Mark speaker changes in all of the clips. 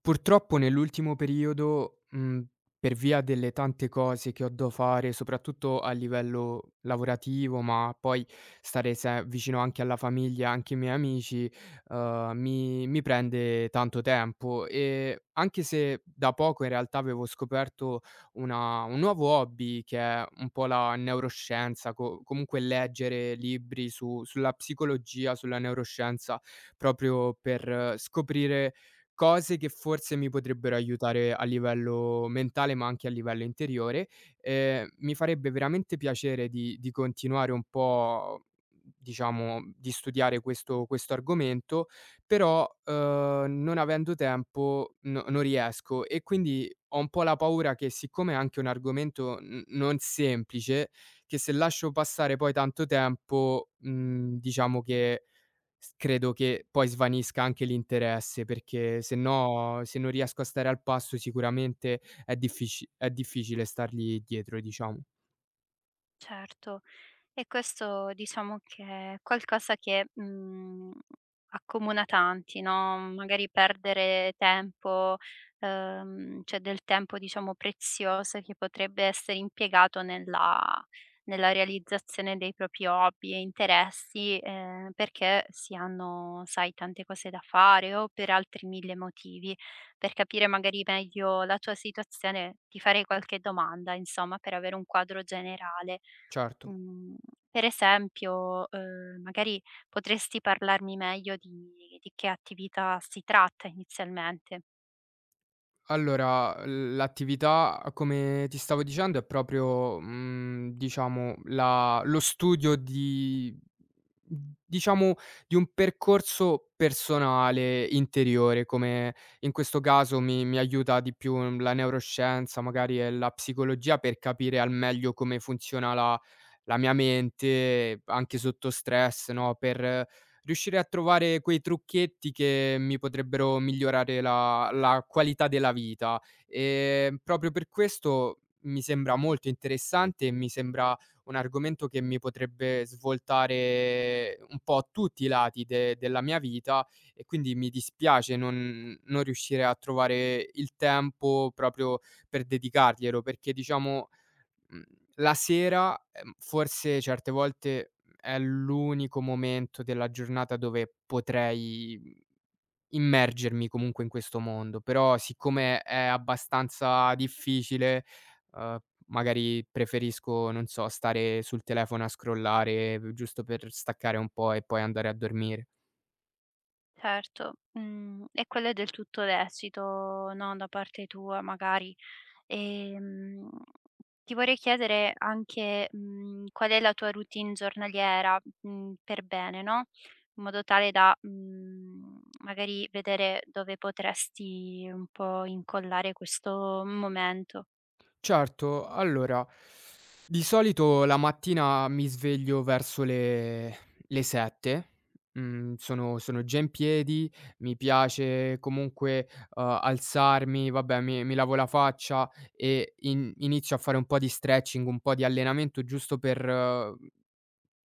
Speaker 1: Purtroppo nell'ultimo periodo, per via delle tante cose che ho da fare, soprattutto a livello lavorativo, ma poi stare se vicino anche alla famiglia, anche ai miei amici, mi prende tanto tempo. Anche se da poco in realtà avevo scoperto una un nuovo hobby che è un po' la neuroscienza, co comunque leggere libri su sulla psicologia, sulla neuroscienza, proprio per scoprire cose che forse mi potrebbero aiutare a livello mentale, ma anche a livello interiore. Mi farebbe veramente piacere di continuare un po', diciamo, di studiare questo argomento, però, non avendo tempo non riesco, e quindi ho un po' la paura che, siccome è anche un argomento n non semplice, che se lascio passare poi tanto tempo, diciamo che S credo che poi svanisca anche l'interesse, perché se no, se non riesco a stare al passo, sicuramente è diffici è difficile stargli dietro, diciamo.
Speaker 2: Certo, e questo diciamo che è qualcosa che, accomuna tanti, no, magari perdere tempo, cioè del tempo diciamo prezioso che potrebbe essere impiegato nella realizzazione dei propri hobby e interessi, perché si hanno, sai, tante cose da fare o per altri 1000 motivi. Per capire magari meglio la tua situazione ti farei qualche domanda, insomma, per avere un quadro generale.
Speaker 1: Certo.
Speaker 2: Mhmm, per esempio, magari potresti parlarmi meglio di che attività si tratta inizialmente.
Speaker 1: Allora, l'attività, come ti stavo dicendo, è proprio, diciamo, la lo studio di diciamo, di un percorso personale, interiore, come in questo caso mi aiuta di più la neuroscienza, magari, e la psicologia, per capire al meglio come funziona la mia mente, anche sotto stress, no, per riuscire a trovare quei trucchetti che mi potrebbero migliorare la qualità della vita. Proprio per questo mi sembra molto interessante, e mi sembra un argomento che mi potrebbe svoltare un po' tutti i lati de della mia vita, e quindi mi dispiace non riuscire a trovare il tempo proprio per dedicarglielo, perché diciamo Mhmm, la sera, forse certe volte è l'unico momento della giornata dove potrei immergermi comunque in questo mondo, però siccome è abbastanza difficile, uhm, magari preferisco, non so, stare sul telefono a scrollare giusto per staccare un po' e poi andare a dormire.
Speaker 2: Certo, e quello è del tutto lecito, no, da parte tua magari. Ehm, Ti vorrei chiedere anche, qual è la tua routine giornaliera, per bene, no, in modo tale da, magari vedere dove potresti un po' incollare questo momento.
Speaker 1: Certo, allora, di solito la mattina mi sveglio verso le 7, sono già in piedi, mi piace comunque, alzarmi, vabbè mi lavo la faccia e in inizio a fare un po' di stretching, un po' di allenamento giusto per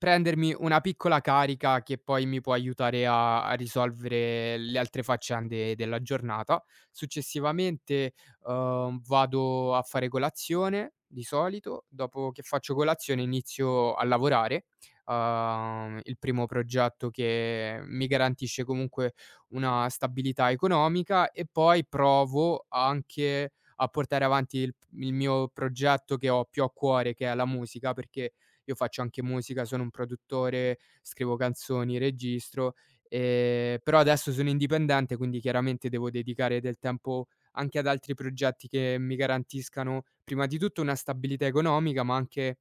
Speaker 1: prendermi una piccola carica che poi mi può aiutare a risolvere le altre faccende della giornata. Successivamente, vado a fare colazione di solito, dopo che faccio colazione inizio a lavorare, il primo progetto che mi garantisce comunque una stabilità economica, e poi provo anche a portare avanti il mio progetto che ho più a cuore, che è la musica, perché io faccio anche musica, sono un produttore, scrivo canzoni, registro, però adesso sono indipendente, quindi chiaramente devo dedicare del tempo anche ad altri progetti che mi garantiscano, prima di tutto, una stabilità economica, ma anche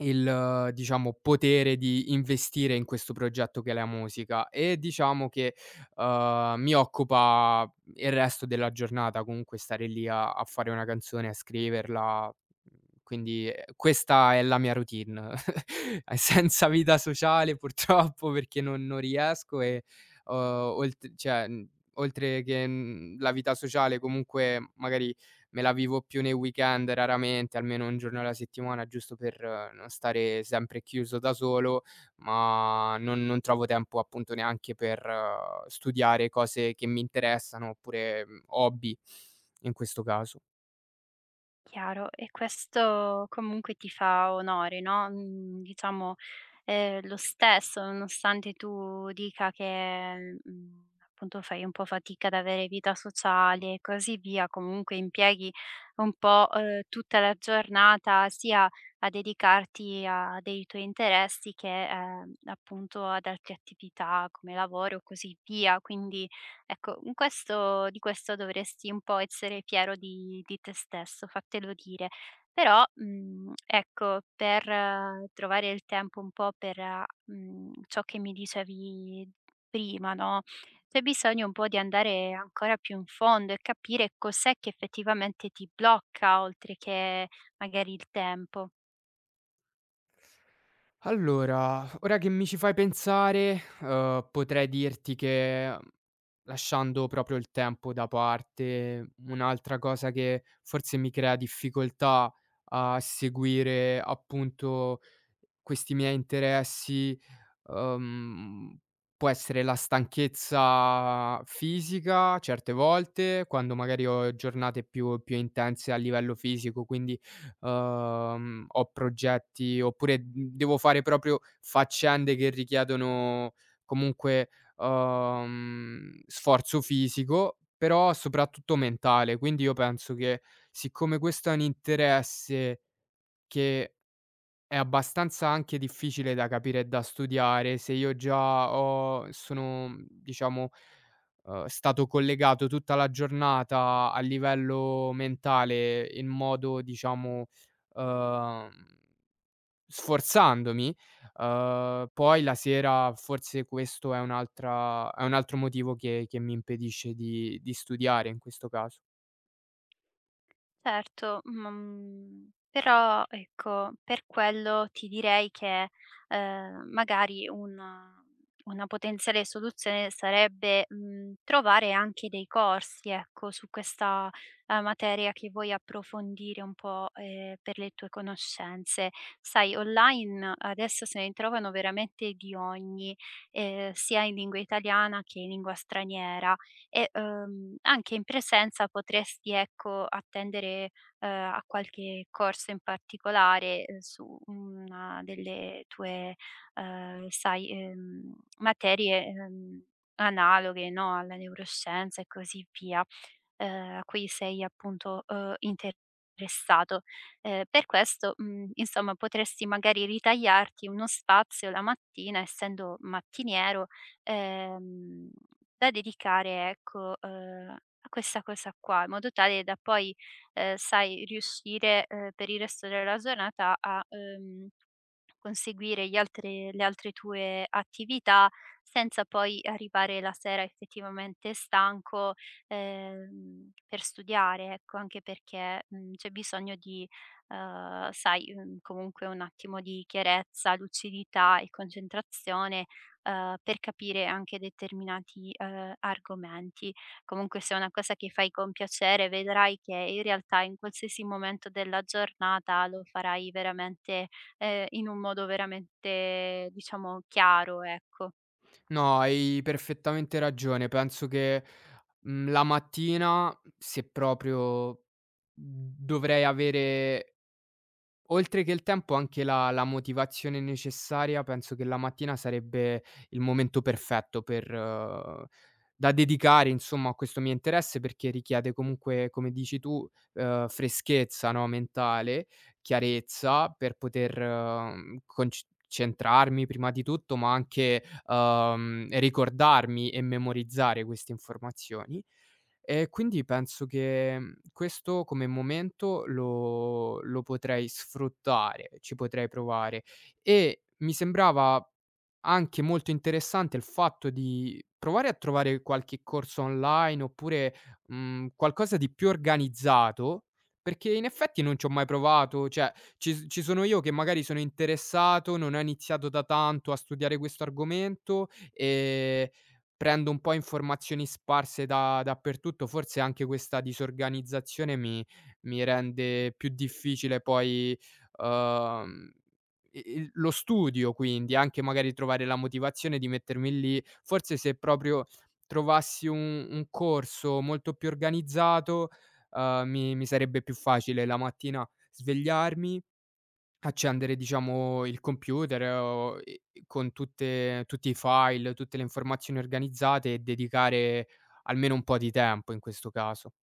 Speaker 1: il diciamo, potere di investire in questo progetto che è la musica. E diciamo che, mi occupa il resto della giornata, comunque stare lì a fare una canzone, a scriverla, quindi, questa è la mia routine. Senza vita sociale purtroppo, perché non riesco, e, uhm, olt cioè, oltre che, la vita sociale comunque magari me la vivo più nei weekend, raramente, almeno 1 giorno alla settimana, giusto per non stare sempre chiuso da solo, ma non trovo tempo appunto neanche per studiare cose che mi interessano, oppure, hobby in questo caso.
Speaker 2: Chiaro, e questo comunque ti fa onore, no, diciamo, lo stesso, nonostante tu dica che, appunto fai un po' fatica ad avere vita sociale e così via, comunque impieghi un po', tutta la giornata sia a dedicarti a dei tuoi interessi che, appunto ad altre attività come lavoro e così via. Quindi ecco, in questo di questo dovresti un po' essere fiero di te stesso, fatelo dire. Però, ecco, per trovare il tempo un po' per, ciò che mi dicevi prima, no, c'è bisogno un po' di andare ancora più in fondo e capire cos'è che effettivamente ti blocca, oltre che magari il tempo.
Speaker 1: Allora, ora che mi ci fai pensare, potrei dirti che, lasciando proprio il tempo da parte, un'altra cosa che forse mi crea difficoltà a seguire appunto questi miei interessi, uhm, può essere la stanchezza fisica certe volte, quando magari ho giornate più intense a livello fisico, quindi, ho progetti oppure, devo fare proprio faccende che richiedono comunque, sforzo fisico, però soprattutto mentale. Quindi io penso che, siccome questo è un interesse che è abbastanza anche difficile da capire e da studiare, se io già ho sono, diciamo, stato collegato tutta la giornata a livello mentale in modo, diciamo, uhm, sforzandomi, poi la sera forse questo è un'altra è un altro motivo che mi impedisce di studiare in questo caso.
Speaker 2: Certo, ma, però ecco, per quello ti direi che, magari un una potenziale soluzione sarebbe, trovare anche dei corsi, ecco, su questa, materia che vuoi approfondire un po', per le tue conoscenze. Sai, online adesso se ne trovano veramente di ogni, sia in lingua italiana che in lingua straniera, e, anche in presenza potresti, ecco, attendere, a qualche corso in particolare, su una delle tue, sai, materie, analoghe, no, alla neuroscienza e così via, a cui sei appunto, interessato. Per questo, insomma potresti magari ritagliarti uno spazio la mattina, essendo mattiniero, ehm, da dedicare ecco, a questa cosa qua, in modo tale da poi, sai, riuscire, per il resto della giornata a, conseguire gli altre le altre tue attività, senza poi arrivare la sera effettivamente stanco, per studiare, ecco, anche perché, c'è bisogno di, sai, comunque un attimo di chiarezza, lucidità e concentrazione, per capire anche determinati, argomenti. Comunque se è una cosa che fai con piacere, vedrai che in realtà in qualsiasi momento della giornata lo farai veramente, in un modo veramente, diciamo, chiaro, ecco.
Speaker 1: No, hai perfettamente ragione. Penso che, la mattina, se proprio dovrei avere oltre che il tempo anche la motivazione necessaria, penso che la mattina sarebbe il momento perfetto per da dedicare insomma a questo mio interesse, perché richiede comunque, come dici tu, freschezza, no, mentale, chiarezza per poter, conc centrarmi prima di tutto, ma anche, ricordarmi e memorizzare queste informazioni. E quindi penso che, questo come momento lo potrei sfruttare, ci potrei provare. E mi sembrava anche molto interessante il fatto di provare a trovare qualche corso online oppure, qualcosa di più organizzato, perché in effetti non ci ho mai provato, cioè ci sono io che magari sono interessato, non ho iniziato da tanto a studiare questo argomento. Prendo un po' informazioni sparse da dappertutto, forse anche questa disorganizzazione mi rende più difficile poi, uhm, i il lo studio, quindi, anche magari trovare la motivazione di mettermi lì. Forse se proprio trovassi un corso molto più organizzato, mi sarebbe più facile la mattina svegliarmi, accendere diciamo il computer o e con tutte tutti i file, tutte le informazioni organizzate, e dedicare almeno un po' di tempo in questo caso.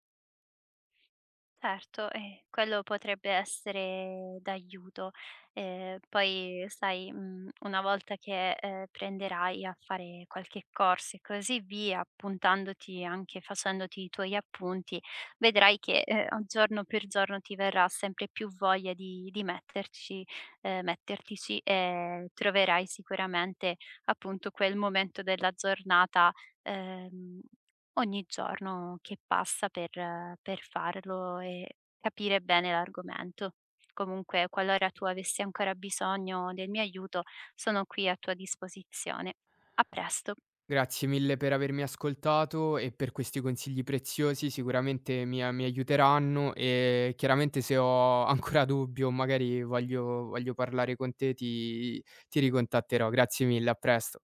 Speaker 2: Certo, quello potrebbe essere d'aiuto. Poi sai, una volta che, prenderai a fare qualche corso e così via, appuntandoti anche facendoti i tuoi appunti, vedrai che, a giorno per giorno ti verrà sempre più voglia di metterci mettertici e troverai sicuramente, appunto, quel momento della giornata, ehm ogni giorno che passa per farlo e capire bene l'argomento. Comunque, qualora tu avessi ancora bisogno del mio aiuto, sono qui a tua disposizione. A presto.
Speaker 1: Grazie mille per avermi ascoltato e per questi consigli preziosi, sicuramente mi aiuteranno, e chiaramente se ho ancora dubbi o magari voglio parlare con te, ti ricontatterò. Grazie mille, a presto.